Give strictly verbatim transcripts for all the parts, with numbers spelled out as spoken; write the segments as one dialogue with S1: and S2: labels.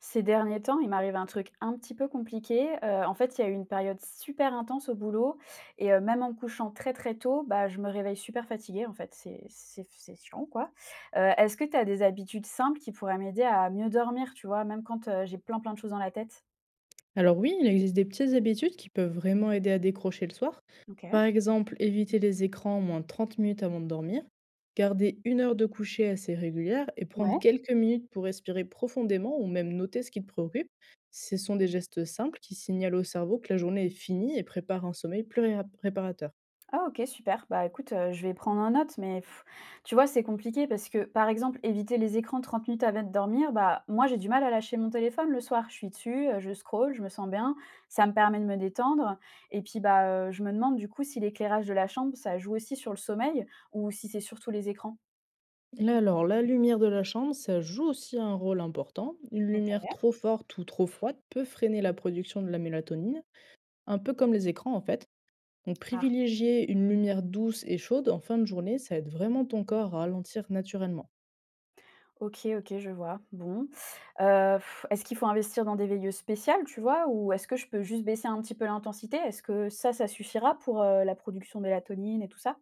S1: Ces derniers temps, il m'arrive un truc un petit peu compliqué. Heu, en fait, il y a eu une période super intense au boulot et heu, même en me couchant très, très tôt, bah, je me réveille super fatiguée en fait, c'est c'est c'est chiant quoi. Heu, est-ce que tu as des habitudes simples qui pourraient m'aider à mieux dormir, tu vois? Même quand, heu, j'ai plein, plein de choses dans la tête?
S2: Alors oui, il existe des petites habitudes qui peuvent vraiment aider à décrocher le soir.
S1: OK.
S2: Par exemple, éviter les écrans au moins trente minutes avant de dormir, garder une heure de coucher assez régulière et
S1: Ouais.
S2: prendre quelques minutes pour respirer profondément ou même noter ce qui te préoccupe. Ce sont des gestes simples qui signalent au cerveau que la journée est finie et préparent un sommeil plus réa- réparateur.
S1: Ah OK, super. Bah, écoute, heu, je vais prendre en note, mais pff, tu vois, c'est compliqué parce que, par exemple, éviter les écrans trente minutes avant de dormir, bah, moi, j'ai du mal à lâcher mon téléphone le soir. Je suis dessus, heu, je scrolle, je me sens bien, ça me permet de me détendre et puis, bah, heu, je me demande, du coup, si l'éclairage de la chambre, ça joue aussi sur le sommeil ou si c'est surtout les écrans?
S2: Là, alors, la lumière de la chambre, ça joue aussi un rôle important. Une lumière
S1: OK.
S2: trop forte ou trop froide peut freiner la production de la mélatonine, un peu comme les écrans en fait. Donc
S1: Ah,
S2: privilégier une lumière douce et chaude en fin de journée, ça aide vraiment ton corps à ralentir naturellement.
S1: OK, OK, je vois. Bon, heu, est-ce qu'il faut investir dans des veilleuses spéciales, tu vois? Ou est-ce que je peux juste baisser un petit peu l'intensité? Est-ce que ça, ça suffira pour, heu, la production de mélatonine et tout ça?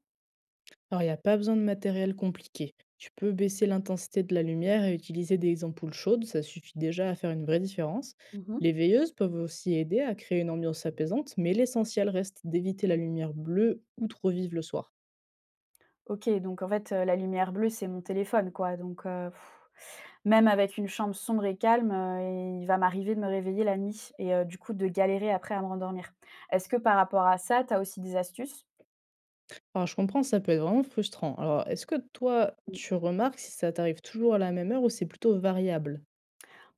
S2: Alors il n'y a pas besoin de matériel compliqué. Tu peux baisser l'intensité de la lumière et utiliser des ampoules chaudes, ça suffit déjà à faire une vraie différence.
S1: Mmh.
S2: Les veilleuses peuvent aussi aider à créer une ambiance apaisante, mais l'essentiel reste d'éviter la lumière bleue ou trop vive le soir.
S1: OK, donc en fait, heu, la lumière bleue, c'est mon téléphone, quoi, donc heu, même avec une chambre sombre et calme, heu, il va m'arriver de me réveiller la nuit et heu, du coup, de galérer après à me rendormir. Est-ce que par rapport à ça, tu as aussi des astuces?
S2: Alors je comprends, ça peut être vraiment frustrant. Alors est-ce que toi,
S1: Mmh.
S2: tu remarques si ça t'arrive toujours à la même heure ou c'est plutôt variable?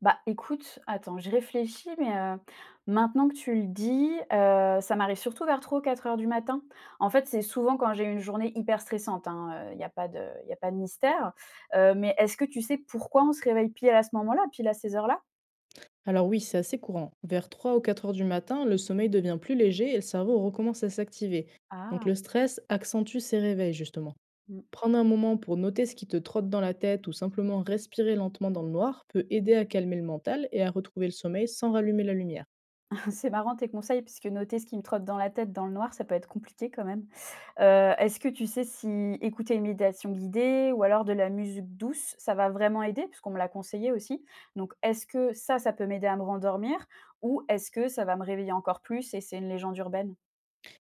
S1: Bah, écoute, attends, je réfléchis, mais heu, maintenant que tu le dis, heu, ça m'arrive surtout vers trop heures du matin. En fait, c'est souvent quand j'ai une journée hyper stressante, hein, il y a pas de y a pas de mystère, heu, mais est-ce que tu sais pourquoi on se réveille pile à ce moment-là, pile à ces heures-là?
S2: Alors oui, c'est assez courant. Vers trois ou quatre heures du matin, le sommeil devient plus léger et le cerveau recommence à s'activer. Donc
S1: Ah!
S2: le stress accentue ces réveils, justement.
S1: Mmh.
S2: Prendre un moment pour noter ce qui te trotte dans la tête ou simplement respirer lentement dans le noir peut aider à calmer le mental et à retrouver le sommeil sans rallumer la lumière.
S1: C'est marrant tes conseils, puisque noter ce qui me trotte dans la tête dans le noir, ça peut être compliqué quand même. Heu, est-ce que tu sais si écouter une méditation guidée ou alors de la musique douce, ça va vraiment aider? Puisqu'on me l'a conseillé aussi. Donc est-ce que ça, ça peut m'aider à me rendormir ou est-ce que ça va me réveiller encore plus et c'est une légende urbaine?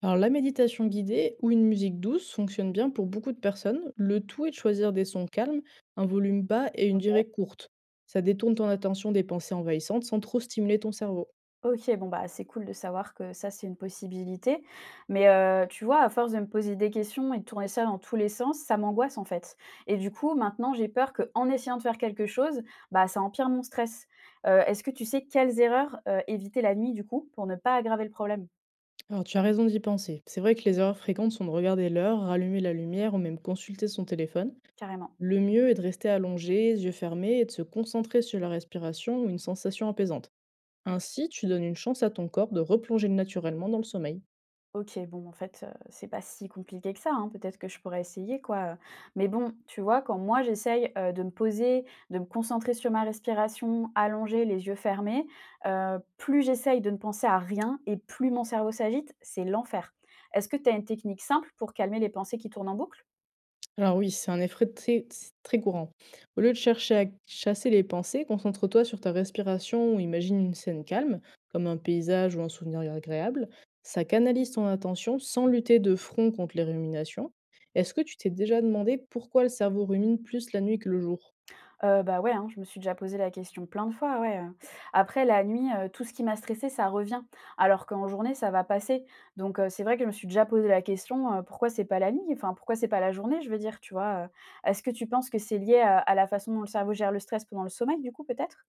S2: Alors la méditation guidée ou une musique douce fonctionne bien pour beaucoup de personnes. Le tout est de choisir des sons calmes, un volume bas et une durée courte. Ça détourne ton attention des pensées envahissantes sans trop stimuler ton cerveau.
S1: OK, bon, bah, c'est cool de savoir que ça, c'est une possibilité. Mais, heu, tu vois, à force de me poser des questions et de tourner ça dans tous les sens, ça m'angoisse, en fait. Et du coup, maintenant, j'ai peur que en essayant de faire quelque chose, bah, ça empire mon stress. Heu, est-ce que tu sais quelles erreurs, heu, éviter la nuit, du coup, pour ne pas aggraver le problème?
S2: Alors, tu as raison d'y penser. C'est vrai que les erreurs fréquentes sont de regarder l'heure, rallumer la lumière ou même consulter son téléphone.
S1: Carrément.
S2: Le mieux est de rester allongé, yeux fermés, et de se concentrer sur la respiration ou une sensation apaisante.
S1: OK.
S2: Ainsi, tu donnes une chance à ton corps de replonger naturellement dans le sommeil.
S1: OK, bon, en fait, heu, c'est pas si compliqué que ça, hein. Peut-être que je pourrais essayer, quoi, mais bon, tu vois, quand moi j'essaye, heu, de me poser, de me concentrer sur ma respiration, allongée, les yeux fermés, heu, plus j'essaye de ne penser à rien et plus mon cerveau s'agite, c'est l'enfer. Est-ce que tu as une technique simple pour calmer les pensées qui tournent en boucle?
S2: Alors oui, c'est un effet très, c'est très courant. Au lieu de chercher à chasser les pensées, concentre-toi sur ta respiration ou imagine une scène calme, comme un paysage ou un souvenir agréable. Ça canalise ton attention sans lutter de front contre les ruminations. Est-ce que tu t'es déjà demandé pourquoi le cerveau rumine plus la nuit que le jour?
S1: Heu, bah, ouais, hein, je me suis déjà posé la question plein de fois, ouais, heu. Après la nuit, heu, tout ce qui m'a stressée, ça revient, alors qu'en journée, ça va passer. Donc heu, c'est vrai que je me suis déjà posé la question, heu, pourquoi c'est pas la nuit? Enfin, pourquoi c'est pas la journée, je veux dire, tu vois? Heu, est-ce que tu penses que c'est lié à à la façon dont le cerveau gère le stress pendant le sommeil, du coup, peut-être?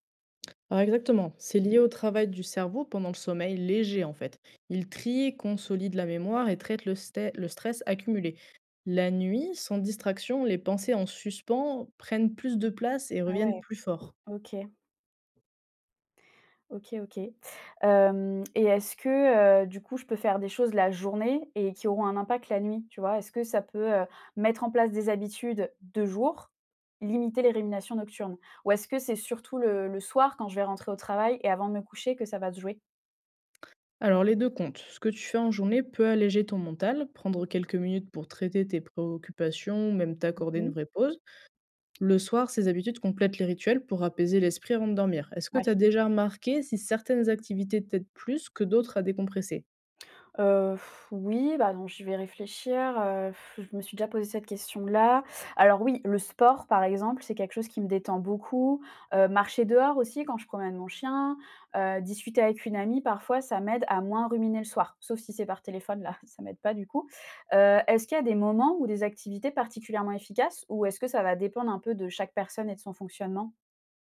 S2: Ah, exactement, c'est lié au travail du cerveau pendant le sommeil léger en fait. Il trie, consolide la mémoire et traite le, sté- le stress accumulé. La nuit, sans distraction, les pensées en suspens prennent plus de place et
S1: Ah
S2: reviennent
S1: ouais.
S2: plus fort.
S1: OK. OK, OK. Hem et est-ce que, heu, du coup, je peux faire des choses la journée et qui auront un impact la nuit, tu vois? Est-ce que ça peut, heu, mettre en place des habitudes de jour, limiter les ruminations nocturnes? Ou est-ce que c'est surtout le le soir quand je vais rentrer au travail et avant de me coucher que ça va se jouer?
S2: Alors les deux comptes. Ce que tu fais en journée peut alléger ton mental, prendre quelques minutes pour traiter tes préoccupations ou même t'accorder une
S1: Mmh.
S2: vraie pause. Le soir, ces habitudes complètent les rituels pour apaiser l'esprit avant de dormir. Est-ce que
S1: Ouais.
S2: tu as déjà remarqué si certaines activités t'aident plus que d'autres à décompresser?
S1: Heu, oui, bah, non, je vais réfléchir, heu, je me suis déjà posé cette question-là. Alors oui, le sport, par exemple, c'est quelque chose qui me détend beaucoup, heu, marcher dehors aussi quand je promène mon chien, heu, discuter avec une amie parfois, ça m'aide à moins ruminer le soir, sauf si c'est par téléphone, là, ça m'aide pas du coup. Heu, est-ce qu'il y a des moments ou des activités particulièrement efficaces ou est-ce que ça va dépendre un peu de chaque personne et de son fonctionnement?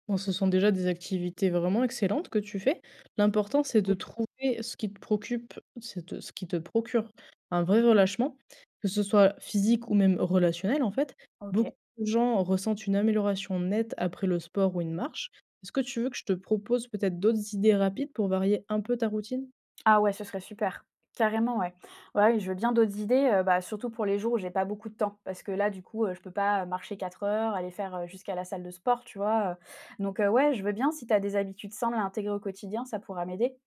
S2: Bon, ce sont déjà des activités vraiment excellentes que tu fais. L'important, c'est de
S1: Oui.
S2: trouver ce qui te préoccupe, c'est de- ce qui te procure un vrai relâchement, que ce soit physique ou même relationnel, en fait. Beaucoup
S1: OK.
S2: de gens ressentent une amélioration nette après le sport ou une marche. Est-ce que tu veux que je te propose peut-être d'autres idées rapides pour varier un peu ta routine?
S1: Ah ouais, ce serait super. Carrément, ouais. Ouais, je veux bien d'autres idées, heu, bah, surtout pour les jours où j'ai pas beaucoup de temps. Parce que là, du coup, heu, je peux pas marcher quatre heures, aller faire, heu, jusqu'à la salle de sport, tu vois? Heu, donc heu, ouais, je veux bien si tu as des habitudes simples à intégrer au quotidien, ça pourra m'aider.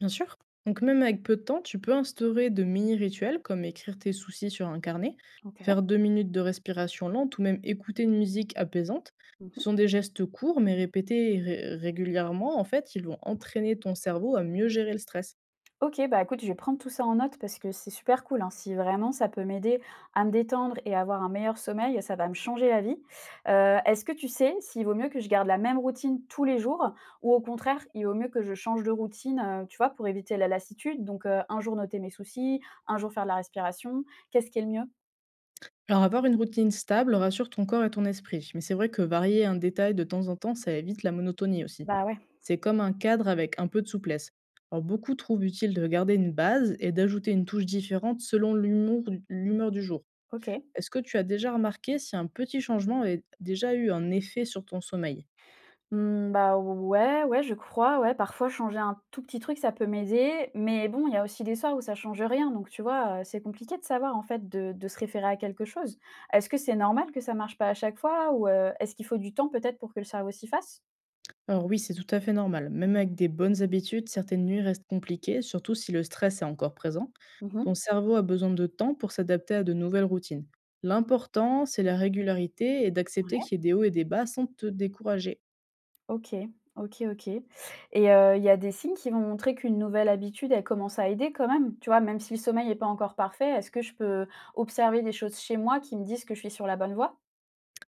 S2: Bien sûr. Donc même avec peu de temps, tu peux instaurer de mini-rituels comme écrire tes soucis sur un carnet,
S1: OK.
S2: faire deux minutes de respiration lente ou même écouter une musique apaisante.
S1: Mmh.
S2: Ce sont des gestes courts mais répétés ré- régulièrement. En fait, ils vont entraîner ton cerveau à mieux gérer le stress.
S1: OK, bah, écoute, je vais prendre tout ça en note parce que c'est super cool, hein. Si vraiment ça peut m'aider à me détendre et à avoir un meilleur sommeil, ça va me changer la vie. Heu, est-ce que tu sais s'il vaut mieux que je garde la même routine tous les jours ou au contraire, il vaut mieux que je change de routine, heu, tu vois, pour éviter la lassitude? Donc, heu, un jour noter mes soucis, un jour faire de la respiration. Qu'est-ce qui est le mieux?
S2: Alors avoir une routine stable rassure ton corps et ton esprit. Mais c'est vrai que varier un détail de temps en temps, ça évite la monotonie aussi.
S1: Bah, ouais,
S2: C'est comme un cadre avec un peu de souplesse. Alors beaucoup trouvent utile de garder une base et d'ajouter une touche différente selon l'humour- l'humeur du jour.
S1: OK.
S2: Est-ce que tu as déjà remarqué si un petit changement avait déjà eu un effet sur ton sommeil?
S1: Mmh, bah, ouais, ouais, je crois, ouais, parfois changer un tout petit truc, ça peut m'aider, mais bon, il y a aussi des soirs où ça change rien, donc tu vois, heu, c'est compliqué de savoir, en fait, de de se référer à quelque chose. Est-ce que c'est normal que ça marche pas à chaque fois ou, heu, est-ce qu'il faut du temps peut-être pour que le cerveau s'y fasse?
S2: Alors oui, c'est tout à fait normal. Même avec des bonnes habitudes, certaines nuits restent compliquées, surtout si le stress est encore présent.
S1: Mmh.
S2: Ton cerveau a besoin de temps pour s'adapter à de nouvelles routines. L'important, c'est la régularité et d'accepter
S1: Ouais.
S2: qu'il y ait des hauts et des bas sans te décourager.
S1: OK, OK, OK et heu, il y a des signes qui vont montrer qu'une nouvelle habitude, elle commence à aider quand même? Tu vois, même si le sommeil est pas encore parfait, est-ce que je peux observer des choses chez moi qui me disent que je suis sur la bonne voie?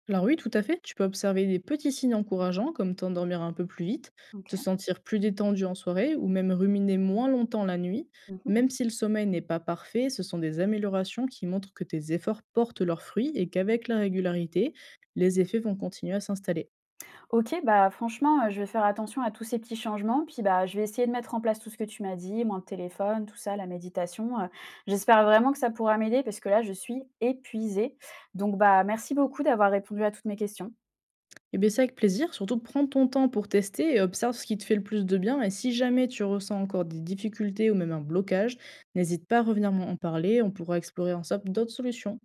S2: Alors oui, tout à fait, tu peux observer des petits signes encourageants comme t'endormir un peu plus vite, te
S1: OK.
S2: sentir plus détendu en soirée ou même ruminer moins longtemps la nuit.
S1: Mmh.
S2: Même si le sommeil n'est pas parfait, ce sont des améliorations qui montrent que tes efforts portent leurs fruits et qu'avec la régularité, les effets vont continuer à s'installer.
S1: OK, bah, franchement, heu, je vais faire attention à tous ces petits changements, puis, bah, je vais essayer de mettre en place tout ce que tu m'as dit, moins de téléphone, tout ça, la méditation, heu. J'espère vraiment que ça pourra m'aider parce que là, je suis épuisée. Donc, bah, merci beaucoup d'avoir répondu à toutes mes questions.
S2: Et bien c'est avec plaisir, surtout prends ton temps pour tester et observe ce qui te fait le plus de bien. Et si jamais tu ressens encore des difficultés ou même un blocage, n'hésite pas à revenir m'en parler, on pourra explorer ensemble d'autres solutions.